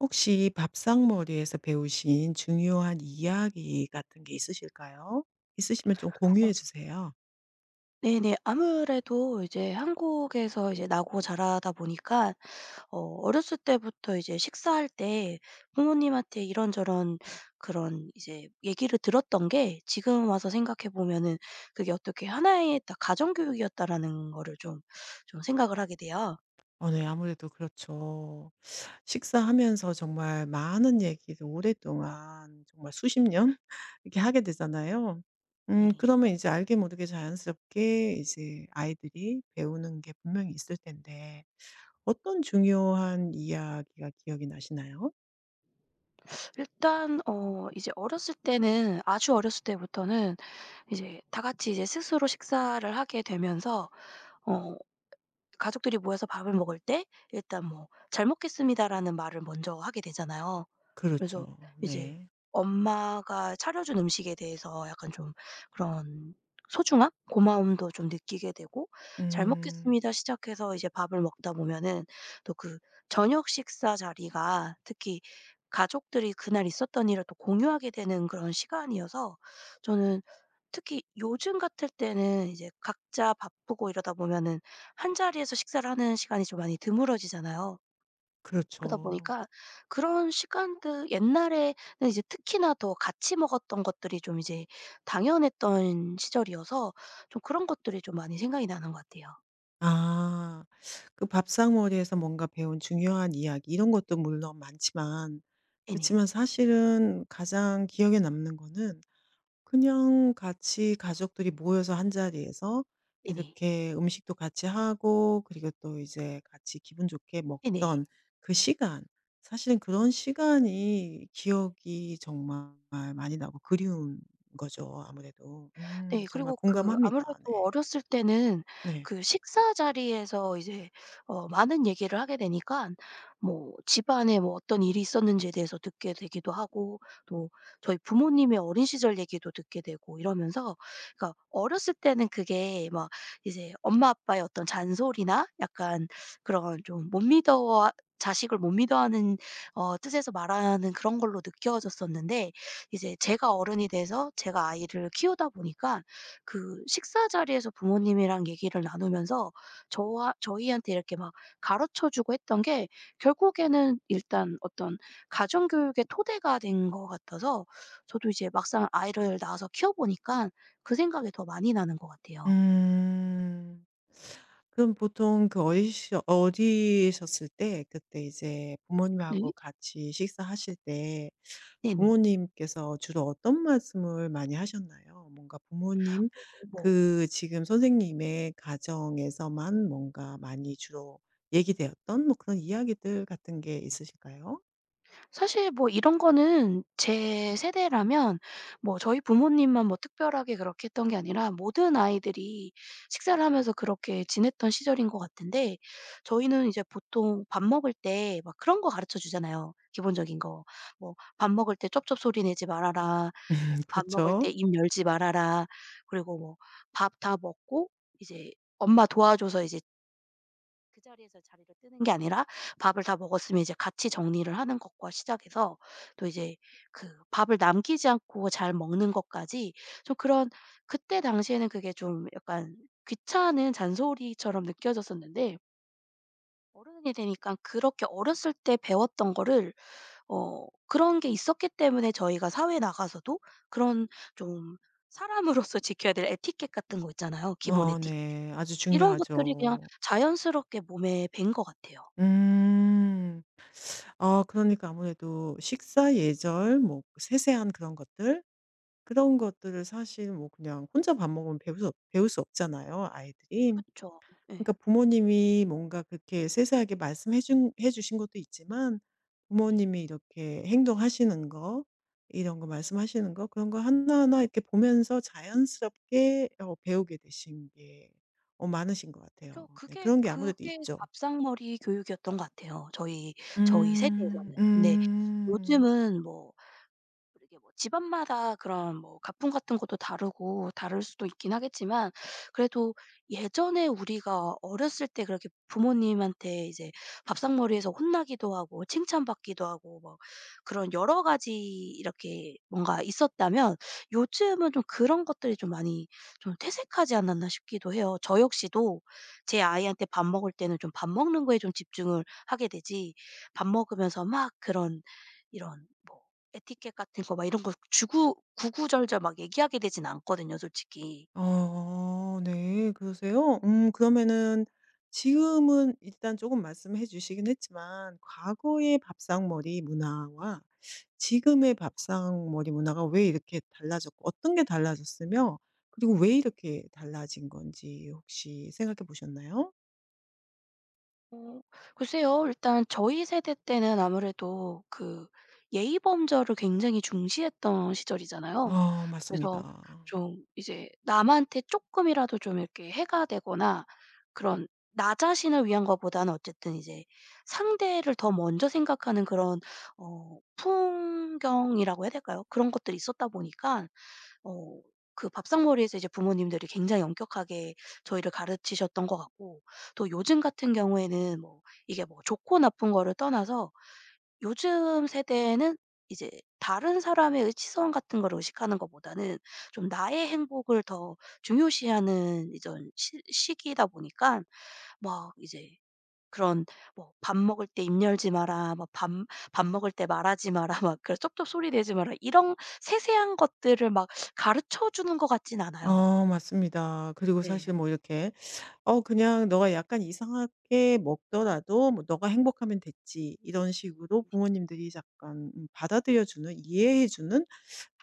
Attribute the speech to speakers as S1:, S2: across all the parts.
S1: 혹시 밥상머리에서 배우신 중요한 이야기 같은 게 있으실까요? 있으시면 좀
S2: 어
S1: 공유해 주세요.
S2: 네네. 아무래도 이제 한국에서 이제 나고 자라다 보니까 어렸을 때부터 이제 식사할 때 부모님한테 이런저런 그런 이제 얘기를 들었던 게, 지금 와서 생각해 보면은 그게 어떻게 하나의 딱 가정 교육이었다라는 거를 좀 생각을 하게 돼요.
S1: 네. 아무래도 그렇죠. 식사하면서 정말 많은 얘기를 오랫동안 정말 수십 년 이렇게 하게 되잖아요.
S2: 네.
S1: 그러면 이제 알게 모르게 자연스럽게 이제 아이들이 배우는 게 분명히 있을 텐데 어떤 중요한 이야기가 기억이 나시나요?
S2: 일단 이제 어렸을 때는, 아주 어렸을 때부터는 이제 다 같이 이제 스스로 식사를 하게 되면서 어 가족들이 모여서 밥을 먹을 때 일단 뭐 "잘 먹겠습니다."라는 말을 먼저 하게 되잖아요. 그래서
S1: 그렇죠.
S2: 이제
S1: 네.
S2: 엄마가 차려 준 음식에 대해서 약간 좀 그런 소중함, 고마움도 좀 느끼게 되고, "잘
S1: 음.
S2: 먹겠습니다." 시작해서 이제 밥을 먹다 보면은, 또 그 저녁 식사 자리가 특히 가족들이 그날 있었던 일을 또 공유하게 되는 그런 시간이어서, 저는 특히 요즘 같을 때는 이제 각자 바쁘고 이러다 보면은 한자리에서 식사를 하는 시간이 좀 많이 드물어지잖아요. 그러다
S1: 그렇죠.
S2: 보니까 그런 시간들, 옛날에는 이제 특히나 더 같이 먹었던 것들이 좀 이제 당연했던 시절이어서 좀 그런 것들이 좀 많이 생각이 나는 것 같아요.
S1: 아. 그 밥상머리에서 뭔가 배운 중요한 이야기 이런 것도 물론 많지만 그렇지
S2: 네네.
S1: 만 사실은 가장 기억에 남는 거는 그냥 같이 가족들이 모여서 한 자리에서
S2: 네네.
S1: 이렇게 음식도 같이 하고 그리고 또 이제 같이 기분 좋게
S2: 네네.
S1: 먹던 그 시간. 사실은 그런 시간이 기억이 정말 많이 나고 그리운 거죠, 아무래도.
S2: 네.
S1: 정말
S2: 그리고 그 아무래도
S1: 공감합니다. 네.
S2: 어렸을 때는
S1: 네.
S2: 그 식사 자리에서 이제 많은 얘기를 하게 되니깐, 뭐 집안에 뭐 어떤 일이 있었는지에 대해서 듣게 되기도 하고, 또 저희 부모님의 어린 시절 얘기도 듣게 되고, 이러면서 그러니까 어렸을 때는 그게 막 이제 엄마 아빠의 어떤 잔소리나, 약간 그런 좀 못 믿어, 자식을 못 믿어하는 뜻에서 말하는 그런 걸로 느껴졌었는데, 이제 제가 어른이 돼서 제가 아이를 키우다 보니까, 그 식사 자리에서 부모님이랑 얘기를 나누면서 저와 저희한테 이렇게 막 가르쳐 주고 했던 게 결국에는 일단 어떤 가정 교육의 토대가 된 것 같아서, 저도 이제 막상 아이를 낳아서 키워 보니까 그 생각이 더 많이 나는 것 같아요.
S1: 음. 그럼 보통 그 어리시 어리셨을 때 그때 이제
S2: 네.
S1: 부모님하고 같이 식사하실 때
S2: 네네.
S1: 부모님께서 주로 어떤 말씀을 많이 하셨나요? 뭔가 부모님
S2: 뭐
S1: 그 지금 선생님의 가정에서만 뭔가 많이 주로 얘기되었던 뭐 그런 이야기들 같은 게 있으실까요?
S2: 사실 뭐 이런 거는 제 세대라면, 뭐 저희 부모님만 뭐 특별하게 그렇게 했던 게 아니라 모든 아이들이 식사를 하면서 그렇게 지냈던 시절인 것 같은데, 저희는 이제 보통 밥 먹을 때 막 그런 거 가르쳐 주잖아요, 기본적인 거. 뭐 "밥 먹을 때 쩝쩝 소리 내지 말아라." 뭐 "밥 먹을 때
S1: 그렇죠.
S2: 입 열지 말아라." 그리고 뭐 "밥 다 먹고 이제 엄마 도와줘서 이제 그 자리에서 자리를 뜨는 게 아니라 밥을 다 먹었으면 이제 같이 정리를 하는 것과 시작해서, 또 이제 그 밥을 남기지 않고 잘 먹는 것까지." 좀 그런, 그때 당시에는 그게 좀 약간 귀찮은 잔소리처럼 느껴졌었는데, 어른이 되니까 그렇게 어렸을 때 배웠던 거를, 그런 게 있었기 때문에 저희가 사회에 나가서도 그런 좀 사람으로서 지켜야 될 에티켓 같은 거 있잖아요, 기본 에티켓.
S1: 네. 아주
S2: 이런 것들이 그냥
S1: 중요하죠.
S2: 자연스럽게 몸에 밴 것 같아요.
S1: 음. 아 그러니까 아무래도 식사 예절 뭐 세세한 그런 것들 그런 것들을 사실 뭐 그냥 혼자 밥 먹으면 배울 수 없잖아요, 아이들이.
S2: 그쵸. 예.
S1: 그러니까 부모님이 뭔가 그렇게 세세하게 말씀해 준 해 주신 것도 있지만
S2: 네네.
S1: 부모님이 이렇게 행동하시는 거 이런 거 말씀하시는 거 그런 거 하나하나 이렇게 보면서 자연스럽게 배우게 되신 게 많으신 것
S2: 그쵸.
S1: 같아요. 네
S2: 그게
S1: 그런 게 아무래도
S2: 그게
S1: 있죠.
S2: 밥상머리 교육이었던 것 같아요, 저희
S1: 음.
S2: 세대에서는. 근데
S1: 음.
S2: 요즘은 뭐, 그러게 뭐 집안마다 그런 뭐 가풍 같은 것도 다르고 다를 수도 있긴 하겠지만, 그래도 예전에 우리가 어렸을 때 그렇게 부모님한테 이제 밥상머리에서 혼나기도 하고 칭찬받기도 하고 뭐 그런 여러 가지 이렇게 뭔가 있었다면, 요즘은 좀 그런 것들이 좀 많이 좀 퇴색하지 않았나 싶기도 해요. 저 역시도 제 아이한테 밥 먹을 때는 좀 밥 먹는 거에 좀 집중을 하게 되지, 밥 먹으면서 막 그런 이런 뭐 에티켓 같은 거 막 이런 거 주구 구구절절 막 얘기하게 되진 않거든요, 솔직히.
S1: 네. 그러세요? 그러면은 지금은 일단 조금 말씀해 주시긴 했지만 과거의 밥상머리 문화와 지금의 밥상머리 문화가 왜 이렇게 달라졌고 어떤 게 달라졌으며 그리고 왜 이렇게 달라진 건지 혹시 생각해 보셨나요?
S2: 어 글쎄요. 일단 저희 세대 때는 아무래도 그 예의 범절을 굉장히 중시했던 시절이잖아요. 그래서
S1: 맞습니다.
S2: 좀 이제 남한테 쪼끔이라도 좀 이렇게 해가 되거나 그런, 나 자신을 위한 것보다는 어쨌든 이제 상대를 더 먼저 생각하는 그런, 풍경이라고 해야 될까요? 그런 것들이 있었다 보니까 어 그 밥상머리에서 이제 부모님들이 굉장히 엄격하게 저희를 가르치셨던 것 같고, 또 요즘 같은 경우에는 뭐 이게 뭐 좋고 나쁜 거를 떠나서, 요즘 세대에는 이제 다른 사람의 시선 같은 걸 의식하는 것보다는 좀 나의 행복을 더 중요시하는 이런 시 시기다 보니까, 막 이제 그런 뭐 "밥 먹을 때 입 열지 마라.", 뭐 "밥 먹을 때 말하지 마라." 막 그런 "쩝쩝 소리 내지 마라.", 이런 세세한 것들을 막 가르쳐 주는 것 같진 않아요.
S1: 맞습니다. 그리고
S2: 네.
S1: 사실 뭐 이렇게 그냥 "너가 약간 이상하게 먹더라도 뭐 너가 행복하면 됐지." 이런 식으로 부모님들이 약간 받아들여 주는 이해해 주는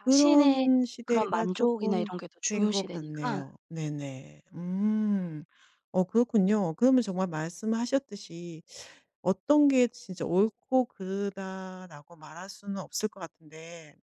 S2: 자신의
S1: 그런
S2: 그런
S1: 시대가
S2: 만족이나
S1: 조금
S2: 이런 게 더
S1: 된 것
S2: 중요시 되니까.
S1: 같네요. 네네. 음. 어 그렇군요. 그러면 정말 말씀하셨듯이 어떤 게 진짜 옳고 그르다라고 말할 수는 없을 것 같은데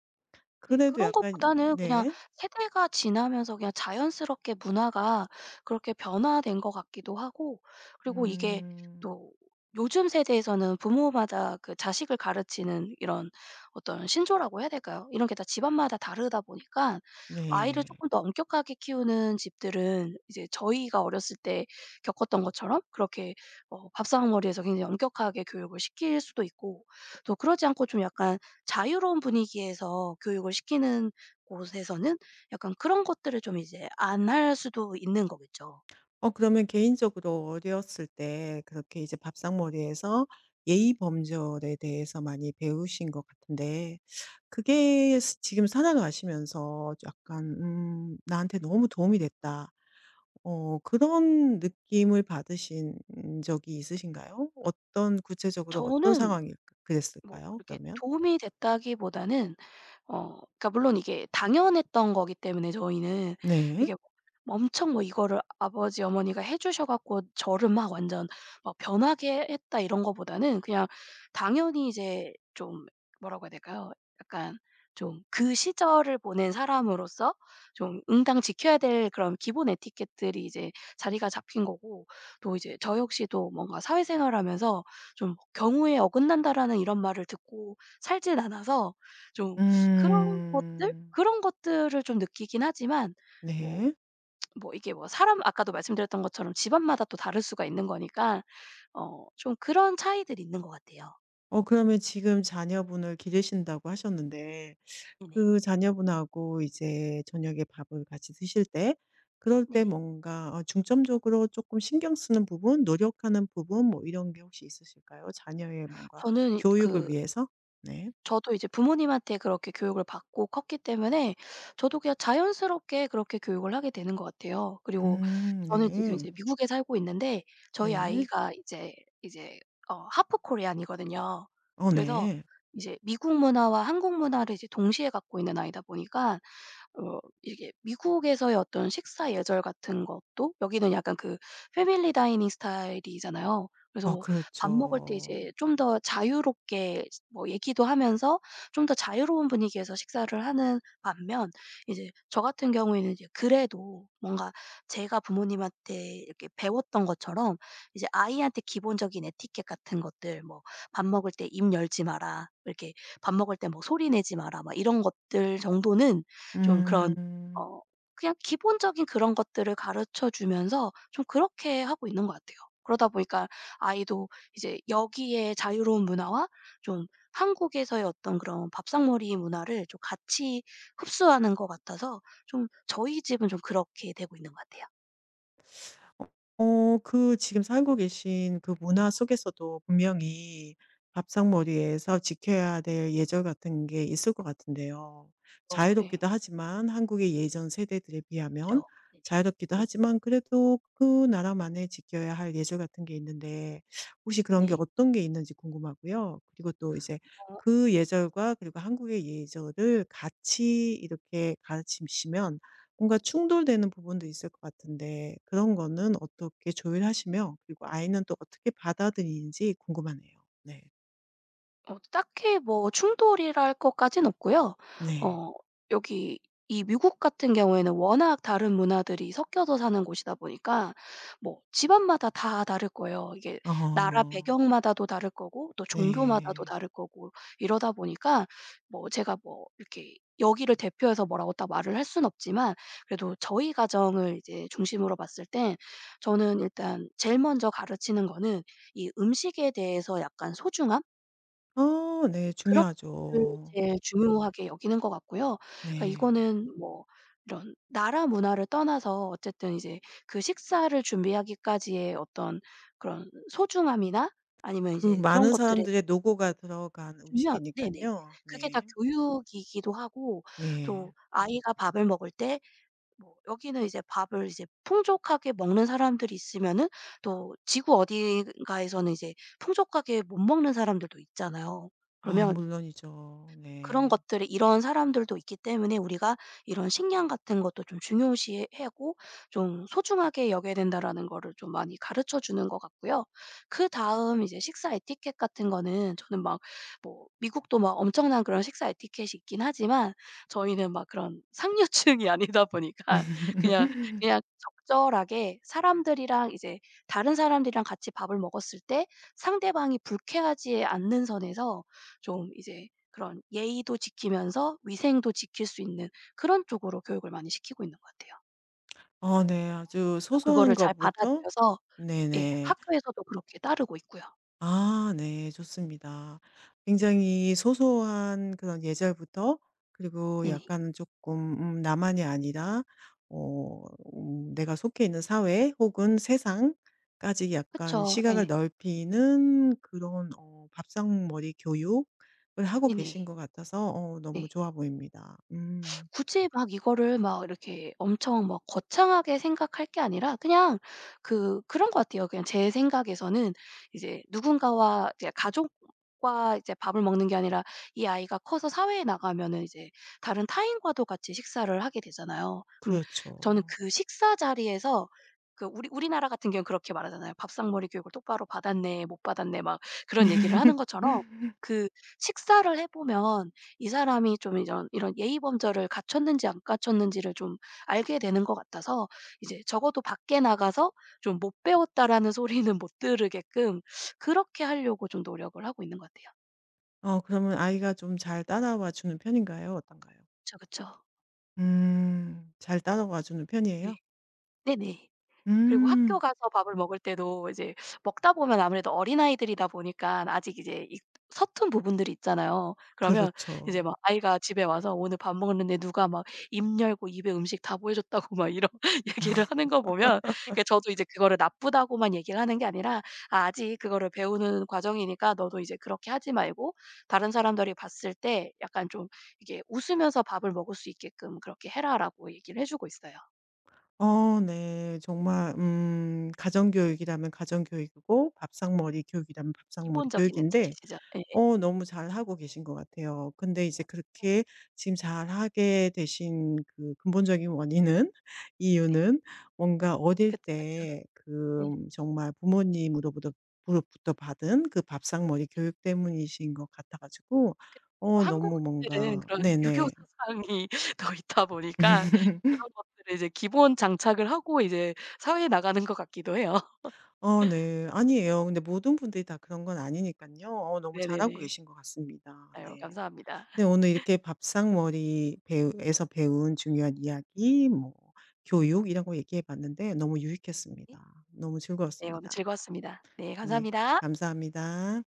S2: 네.
S1: 그래도
S2: 그런
S1: 약간
S2: 것보다는 그냥
S1: 네.
S2: 세대가 지나면서 그냥 자연스럽게 문화가 그렇게 변화된 것 같기도 하고, 그리고 이게
S1: 음.
S2: 또 요즘 세대에서는 부모마다 그 자식을 가르치는 이런 어떤 신조라고 해야 될까요? 이런 게 다 집안마다 다르다 보니까, 아이를
S1: 네.
S2: 조금 더 엄격하게 키우는 집들은 이제 저희가 어렸을 때 겪었던 것처럼 그렇게 밥상머리에서 굉장히 엄격하게 교육을 시킬 수도 있고, 또 그러지 않고 좀 약간 자유로운 분위기에서 교육을 시키는 곳에서는 약간 그런 것들을 좀 이제 안 할 수도 있는 거겠죠.
S1: 그러면 개인적으로 어렸을 때 그렇게 이제 밥상머리에서 예의 범절에 대해서 많이 배우신 것 같은데 그게 스 지금 살아가시면서 약간 '나한테 너무 도움이 됐다.' 그런 느낌을 받으신 적이 있으신가요? 어떤 구체적으로 어떤
S2: 저는
S1: 상황이 그
S2: 뭐
S1: 그랬을까요
S2: 이렇게
S1: 그러면?
S2: 도움이 됐다기보다는, 그러니까 물론 이게 당연했던 거기 때문에 저희는
S1: 네.
S2: 이게 뭐 엄청, 뭐 이거를 아버지 어머니가 해 주셔 갖고 저를 막 완전 막 변하게 했다 이런 거보다는, 그냥 당연히 이제 좀 뭐라고 해야 될까요? 약간 좀 그 시절을 보낸 사람으로서 좀 응당 지켜야 될 그런 기본 에티켓들이 이제 자리가 잡힌 거고, 또 이제 저 역시도 뭔가 사회생활하면서 좀 '경우에 어긋난다.'라는 이런 말을 듣고 살진 않아서 좀 그런 것들
S1: 음.
S2: 그런 것들을 좀 느끼긴 하지만, 뭐
S1: 네.
S2: 뭐 이게 뭐 사람, 아까도 말씀드렸던 것처럼 집안마다 또 다를 수가 있는 거니까 좀 그런 차이들이 있는 것 같아요.
S1: 그러면 지금 자녀분을 기르신다고 하셨는데
S2: 네네.
S1: 그 자녀분하고 이제 저녁에 밥을 같이 드실 때 그럴 때
S2: 네네.
S1: 뭔가 중점적으로 조금 신경 쓰는 부분, 노력하는 부분 뭐 이런 게 혹시 있으실까요? 자녀의 뭔가
S2: 저는
S1: 교육을
S2: 그
S1: 위해서? 네.
S2: 저도 이제 부모님한테 그렇게 교육을 받고 컸기 때문에 저도 그냥 자연스럽게 그렇게 교육을 하게 되는 것 같아요. 그리고 저는 지금
S1: 네.
S2: 이제 미국에 살고 있는데, 저희
S1: 네.
S2: 아이가 이제 하프 코리안이거든요.
S1: 어
S2: 그래서
S1: 네.
S2: 이제 미국 문화와 한국 문화를 이제 동시에 갖고 있는 아이다 보니까 이게, 미국에서의 어떤 식사 예절 같은 것도 여기는 약간 그 패밀리 다이닝 스타일이잖아요. 그래서
S1: 어
S2: 뭐 밥 먹을 때 이제
S1: 그렇죠.
S2: 좀 더 자유롭게 뭐 얘기도 하면서 좀 더 자유로운 분위기에서 식사를 하는 반면, 이제 저 같은 경우에는 이제 그래도 뭔가 제가 부모님한테 이렇게 배웠던 것처럼 이제 아이한테 기본적인 에티켓 같은 것들, 뭐 "밥 먹을 때 입 열지 마라.", 이렇게 "밥 먹을 때 뭐 소리 내지 마라.", 막 이런 것들 정도는 좀 그런,
S1: 음.
S2: 어 그냥 기본적인 그런 것들을 가르쳐 주면서 좀 그렇게 하고 있는 것 같아요. 그러다 보니까 아이도 이제 여기에 자유로운 문화와 좀 한국에서의 어떤 그런 밥상머리 문화를 좀 같이 흡수하는 것 같아서, 좀 저희 집은 좀 그렇게 되고 있는 것 같아요.
S1: 그 지금 살고 계신 그 문화 속에서도 분명히 밥상머리에서 지켜야 될 예절 같은 게 있을 것 같은데요.
S2: 어, 예.
S1: 자유롭기도 하지만 한국의
S2: 네네.
S1: 예전 세대들에 비하면
S2: 그쵸. 네네.
S1: 자유롭기도
S2: 네.
S1: 하지만 그래도 그 나라만의 지켜야 할 예절 같은 게 있는데 혹시 그런 게
S2: 네.
S1: 어떤 게 있는지 궁금하고요. 그리고 또 이제
S2: 어.
S1: 그 예절과 그리고 한국의 예절을 같이 이렇게 가르치시면 뭔가 충돌되는 부분도 있을 것 같은데 그런 거는 어떻게 조율하시며 그리고 아이는 또 어떻게 받아들이는지 궁금하네요. 네.
S2: 딱히 뭐 충돌이랄 것까진 없고요.
S1: 네.
S2: 어 여기, 이 미국 같은 경우에는 워낙 다른 문화들이 섞여서 사는 곳이다 보니까 뭐 집안마다 다 다를 거예요. 이게 나라
S1: 어.
S2: 배경마다도 다를 거고 또 종교마다도
S1: 네.
S2: 다를 거고, 이러다 보니까 뭐 제가 뭐 이렇게 여기를 대표해서 뭐라고 딱 말을 할 수는 없지만, 그래도 저희 가정을 이제 중심으로 봤을 땐, 저는 일단 제일 먼저 가르치는 거는 이 음식에 대해서 약간 소중함,
S1: 네.
S2: 그런 것들을
S1: 중요하죠.
S2: 제일 중요하게 여기는 것 같고요. 그러니까
S1: 네.
S2: 이거는 뭐 이런 나라 문화를 떠나서 어쨌든 이제 그 식사를 준비하기까지의 어떤 그런 소중함이나, 아니면
S1: 그
S2: 이제 그런
S1: 많은
S2: 것들에 대해서
S1: 사람들의 노고가 들어간 식
S2: 주면,
S1: 이니까
S2: 네네.
S1: 요
S2: 그게 다
S1: 네.
S2: 교육이기도 하고, 또
S1: 네.
S2: 아이가 밥을 먹을 때, 뭐 여기는 이제 밥을 이제 풍족하게 먹는 사람들이 있으면은 또 지구 어딘가에서는 이제 풍족하게 못 먹는 사람들도 있잖아요. 그러면
S1: 물론이죠.
S2: 그런
S1: 네.
S2: 것들이, 이런 사람들도 있기 때문에 우리가 이런 식량 같은 것도 좀 중요시 하고 좀 소중하게 여겨야 된다라는 거를 좀 많이 가르쳐 주는 것 같고요. 그다음 이제 식사 에티켓 같은 거는, 저는 막 뭐 미국도 막 엄청난 그런 식사 에티켓이 있긴 하지만 저희는 막 그런 상류층이 아니다 보니까 그냥 그냥 적절하게 사람들이랑 이제 다른 사람들이랑 같이 밥을 먹었을 때 상대방이 불쾌하지 않는 선에서 좀 이제 그런 예의도 지키면서 위생도 지킬 수 있는 그런 쪽으로 교육을 많이 시키고 있는 것 같아요.
S1: 네. 아주 소소한
S2: 그거를 잘
S1: 것부터
S2: 받아들여서 예
S1: 네네.
S2: 학교에서도 그렇게 따르고 있고요.
S1: 아 네. 좋습니다.
S2: 네.
S1: 굉장히 소소한 그런 예절부터 그리고
S2: 네네.
S1: 약간 조금 나만이 아니라 어 내가 속해 있는 사회 혹은 세상까지 약간
S2: 그쵸.
S1: 시각을
S2: 예.
S1: 넓히는 그런 밥상머리 교육을 하고 계신
S2: 네네.
S1: 것 같아서
S2: 네.
S1: 너무 좋아 보입니다.
S2: 굳이 막 이거를 막 이렇게 엄청 막 거창하게 생각할 게 아니라 그냥, 그런 것 같아요. 그냥 제 생각에서는 이제 누군가와 이제 가족과 이제 밥을 먹는 게 아니라, 이 아이가 커서 사회에 나가면은 이제 다른 타인과도 같이 식사를 하게 되잖아요. 저는
S1: 그렇죠.
S2: 그 식사 자리에서, 그 우리나라 같은 경우는 그렇게 말하잖아요. "밥상머리 교육을 똑바로 받았네. 못 받았네." 막 그런 얘기를 하는 것처럼, 그 식사를 해 보면 이 사람이 좀 이런 예의 범절을 갖췄는지 안 갖췄는지를 좀 알게 되는 것 같아서, 이제 적어도 밖에 나가서 좀 '못 배웠다.'라는 소리는 못 들으게끔 그렇게 하려고 좀 노력을 하고 있는 것 같아요.
S1: 그러면 아이가 좀 잘 따라와 주는 편인가요? 어떤가요?
S2: 그쵸, 그쵸.
S1: 음. 잘 따라와 주는
S2: 네.
S1: 편이에요?
S2: 네네. 그리고 학교
S1: 음.
S2: 가서 밥을 먹을 때도 이제 먹다 보면 아무래도 어린아이들이다 보니까 아직 이제 이 서툰 부분들이 있잖아요. 그러면 이제
S1: 그렇죠.
S2: 막 아이가 집에 와서 "오늘 밥 먹었는데 누가 막 입 열고 입에 음식 다 보여줬다고 막 이런 얘기를 하는 거 보면, 그 저도 이제 그거를 나쁘다고만 얘기를 하는 게 아니라 "아, 아직 그거를 배우는 과정이니까 너도 이제 그렇게 하지 말고, 다른 사람들이 봤을 때 약간 좀 이게 웃으면서 밥을 먹을 수 있게끔 그렇게 해라."라고 얘기를 해 주고 있어요.
S1: 네. 정말 가정교육이라면 가정교육이고 밥상머리 교육이라면 밥상머리
S2: 기본적인
S1: 교육인데
S2: 에티켓이죠. 예.
S1: 너무 잘하고 계신 것 같아요. 근데
S2: 아
S1: 이제
S2: 렇
S1: 그렇게 지금 잘하게 되신 그 근본적인 원인은 이유는 뭔가 어릴
S2: 그쵸, 그쵸.
S1: 때 그
S2: 예.
S1: 정말 부모님으로부터 부로부터 받은 그 밥상머리 교육 때문이신 것 같아 가지고
S2: 또
S1: 너무
S2: 한국인들은
S1: 뭔가
S2: 그런 유교
S1: 네네.
S2: 사상이 더 있다 보니까 그런 것들을 이제 기본 장착을 하고 이제 사회에 나가는 것 같기도 해요.
S1: 네. 아니에요. 근데 모든 분들이 다 그런 건 아니니깐요. 너무 잘하고
S2: 네네네.
S1: 계신 것 같습니다.
S2: 아유,
S1: 네.
S2: 감사합니다.
S1: 네, 오늘 이렇게 밥상머리 배우에서 배운 중요한 이야기, 뭐 교육 이런 거 얘기해 봤는데 너무
S2: 네.
S1: 유익했습니다. 너무
S2: 네, 오늘
S1: 즐거웠습니다.
S2: 즐거웠습니다. 네,
S1: 네,
S2: 감사합니다.
S1: 감사합니다.